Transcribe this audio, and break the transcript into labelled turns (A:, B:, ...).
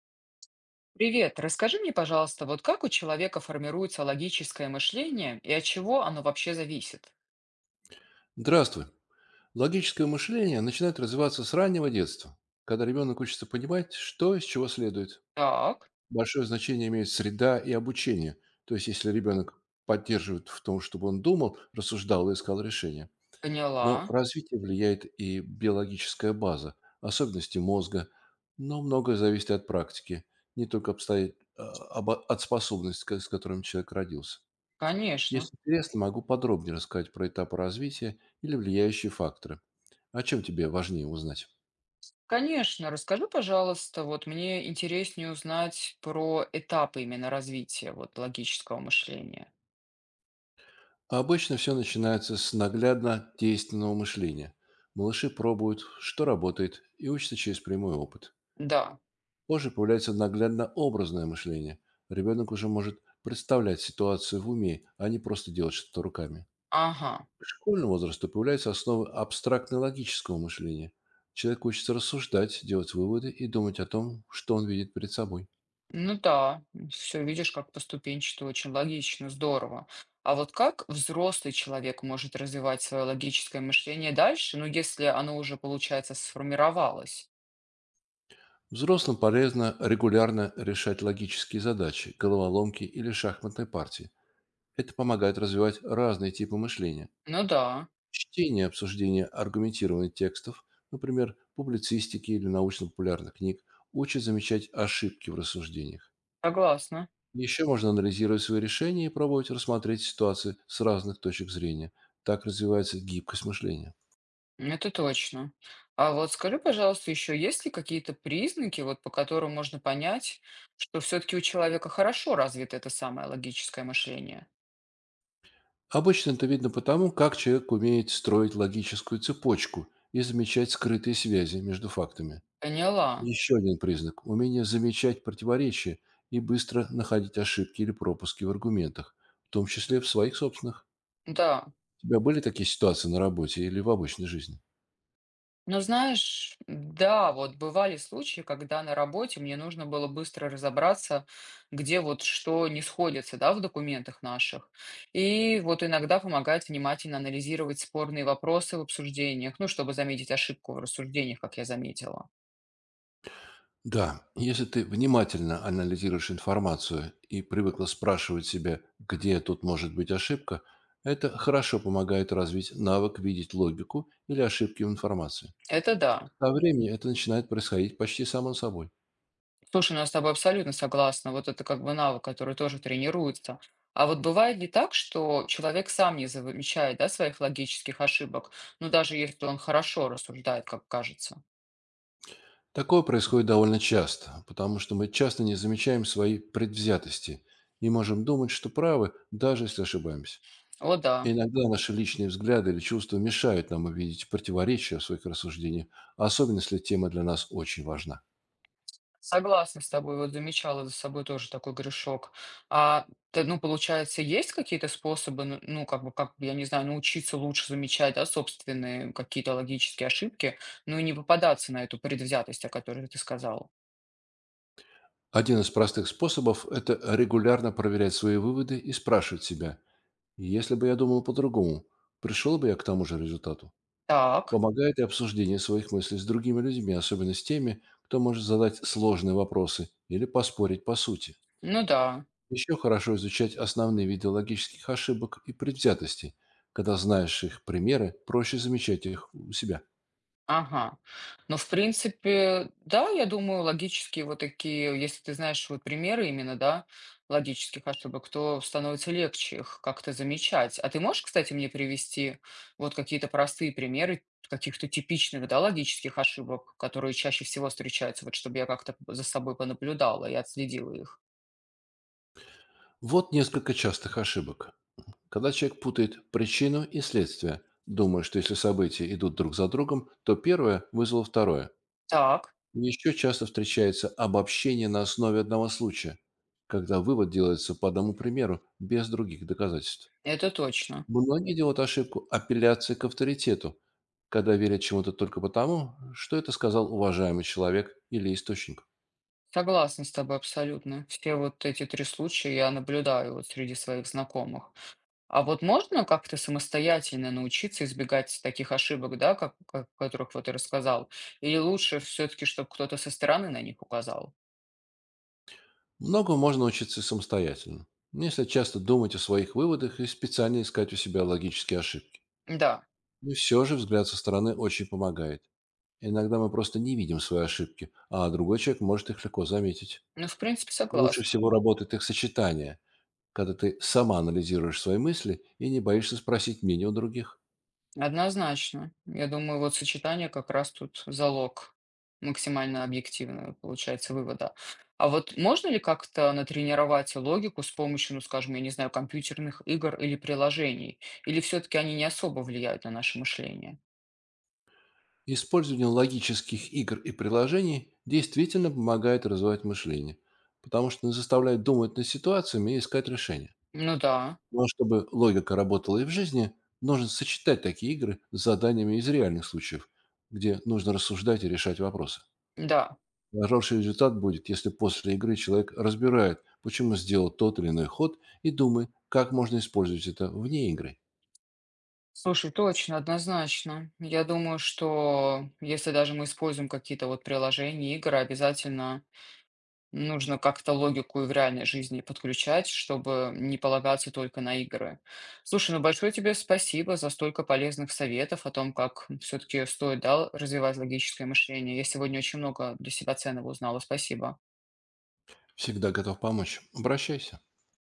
A: Привет, расскажи мне, пожалуйста, вот как у человека формируется логическое мышление и от чего оно вообще зависит?
B: Здравствуй. Логическое мышление начинает развиваться с раннего детства, когда ребенок учится понимать, что из чего следует.
A: Так,
B: Большое значение имеет среда и обучение. То есть, если ребенок поддерживает в том, чтобы он думал, рассуждал и искал решения. Но
A: поняла.
B: развитие влияет и биологическая база, особенности мозга, но многое зависит и от практики, не только обстоит, от способностей, с которыми человек родился.
A: Конечно.
B: Если интересно, могу подробнее рассказать про этапы развития или влияющие факторы. О чем тебе важнее узнать?
A: Конечно, расскажи, пожалуйста, вот мне интереснее узнать про этапы именно развития вот логического мышления.
B: Обычно все начинается с наглядно действенного мышления. Малыши пробуют, что работает, и учатся через прямой опыт.
A: Да,
B: Позже появляется наглядно образное мышление. Ребенок уже может представлять ситуацию в уме, а не просто делать что-то руками.
A: ага,
B: К школьному возрасту появляются основы абстрактно-логического мышления. Человек учится рассуждать, делать выводы и думать о том, что он видит перед собой.
A: ну да, все видишь, как поступенчато, очень логично, здорово. А вот как взрослый человек может развивать свое логическое мышление дальше, ну если оно уже, получается, сформировалось?
B: Взрослым полезно регулярно решать логические задачи, головоломки или шахматные партии. Это помогает развивать разные типы мышления.
A: Ну да,
B: Чтение и обсуждение аргументированных текстов, например, публицистики или научно-популярных книг, учит замечать ошибки в рассуждениях.
A: согласна,
B: Еще можно анализировать свои решения и пробовать рассмотреть ситуации с разных точек зрения. Так развивается гибкость мышления.
A: это точно. А вот скажи, пожалуйста, еще есть ли какие-то признаки, вот по которым можно понять, что все-таки у человека хорошо развито это самое логическое мышление?
B: Обычно это видно потому, как человек умеет строить логическую цепочку и замечать скрытые связи между фактами.
A: Поняла,
B: Еще один признак – умение замечать противоречия и быстро находить ошибки или пропуски в аргументах, в том числе в своих собственных.
A: да.
B: У тебя были такие ситуации на работе или в обычной жизни?
A: Ну, знаешь, да, вот бывали случаи, когда на работе мне нужно было быстро разобраться, где вот что не сходится, да, в документах наших. И вот иногда помогает внимательно анализировать спорные вопросы в обсуждениях, ну, чтобы заметить ошибку в рассуждениях, как я заметила.
B: Да, если ты внимательно анализируешь информацию и привыкла спрашивать себя, где тут может быть ошибка, это хорошо помогает развить навык видеть логику или ошибки в информации.
A: Это да.
B: Со временем это начинает происходить почти само собой.
A: Слушай, ну я с тобой абсолютно согласна. Вот это как бы навык, который тоже тренируется. А вот бывает ли так, что человек сам не замечает, да, своих логических ошибок, ну, даже если он хорошо рассуждает, как кажется?
B: Такое происходит довольно часто, потому что мы часто не замечаем свои предвзятости и можем думать, что правы, даже если ошибаемся.
A: О
B: И
A: да,
B: иногда наши личные взгляды или чувства мешают нам увидеть противоречия в своих рассуждениях, особенно если тема для нас очень важна.
A: согласна с тобой. Вот замечала за собой тоже такой грешок. А ты, ну, получается, есть какие-то способы, ну, как бы, я не знаю, научиться лучше замечать, да, собственные какие-то логические ошибки, ну и не попадаться на эту предвзятость, о которой ты сказала.
B: Один из простых способов – это регулярно проверять свои выводы и спрашивать себя, если бы я думал по-другому, пришел бы я к тому же результату?
A: Так,
B: Помогает и обсуждение своих мыслей с другими людьми, особенно с теми, кто может задать сложные вопросы или поспорить по сути.
A: ну да.
B: Еще хорошо изучать основные виды логических ошибок и предвзятостей. Когда знаешь их примеры, проще замечать их у себя.
A: Ага. Но, в принципе, да, я думаю, логические вот такие, если ты знаешь вот примеры именно, да, логических ошибок, то становится легче их как-то замечать. А ты можешь, кстати, мне привести вот какие-то простые примеры каких-то типичных, да, логических ошибок, которые чаще всего встречаются, вот чтобы я как-то за собой понаблюдала и отследила их?
B: Вот несколько частых ошибок. Когда человек путает причину и следствие, думая, что если события идут друг за другом, то первое вызвало второе.
A: Так,
B: Еще часто встречается обобщение на основе одного случая, когда вывод делается по одному примеру, без других доказательств.
A: это точно.
B: Многие делают ошибку апелляции к авторитету, когда верят чему-то только потому, что это сказал уважаемый человек или источник.
A: Согласна с тобой абсолютно. Все вот эти три случая я наблюдаю вот среди своих знакомых. А вот можно как-то самостоятельно научиться избегать таких ошибок, да, о которых вот ты рассказал? Или лучше все-таки, чтобы кто-то со стороны на них указал?
B: Многому можно учиться самостоятельно, если часто думать о своих выводах и специально искать у себя логические ошибки.
A: Да,
B: И все же взгляд со стороны очень помогает. Иногда мы просто не видим свои ошибки, а другой человек может их легко заметить.
A: ну, в принципе,
B: Лучше
A: согласна.
B: всего работает их сочетание, когда ты сама анализируешь свои мысли и не боишься спросить мнение у других.
A: Однозначно. Я думаю, вот сочетание как раз тут залог максимально объективного, получается, вывода. А вот можно ли как-то натренировать логику с помощью, ну, скажем, я не знаю, компьютерных игр или приложений? Или все-таки они не особо влияют на наше мышление?
B: Использование логических игр и приложений действительно помогает развивать мышление, потому что заставляет думать над ситуациями и искать решения.
A: Ну да,
B: Но чтобы логика работала и в жизни, нужно сочетать такие игры с заданиями из реальных случаев, где нужно рассуждать и решать вопросы.
A: да.
B: Хороший результат будет, если после игры человек разбирает, почему сделал тот или иной ход, и думает, как можно использовать это вне игры.
A: Слушай, точно, однозначно. Я думаю, что если даже мы используем какие-то вот приложения, игры, обязательно нужно как-то логику и в реальной жизни подключать, чтобы не полагаться только на игры. Слушай, ну большое тебе спасибо за столько полезных советов о том, как все-таки стоит, да, развивать логическое мышление. Я сегодня очень много для себя ценного узнала. Спасибо.
B: Всегда готов помочь. Обращайся.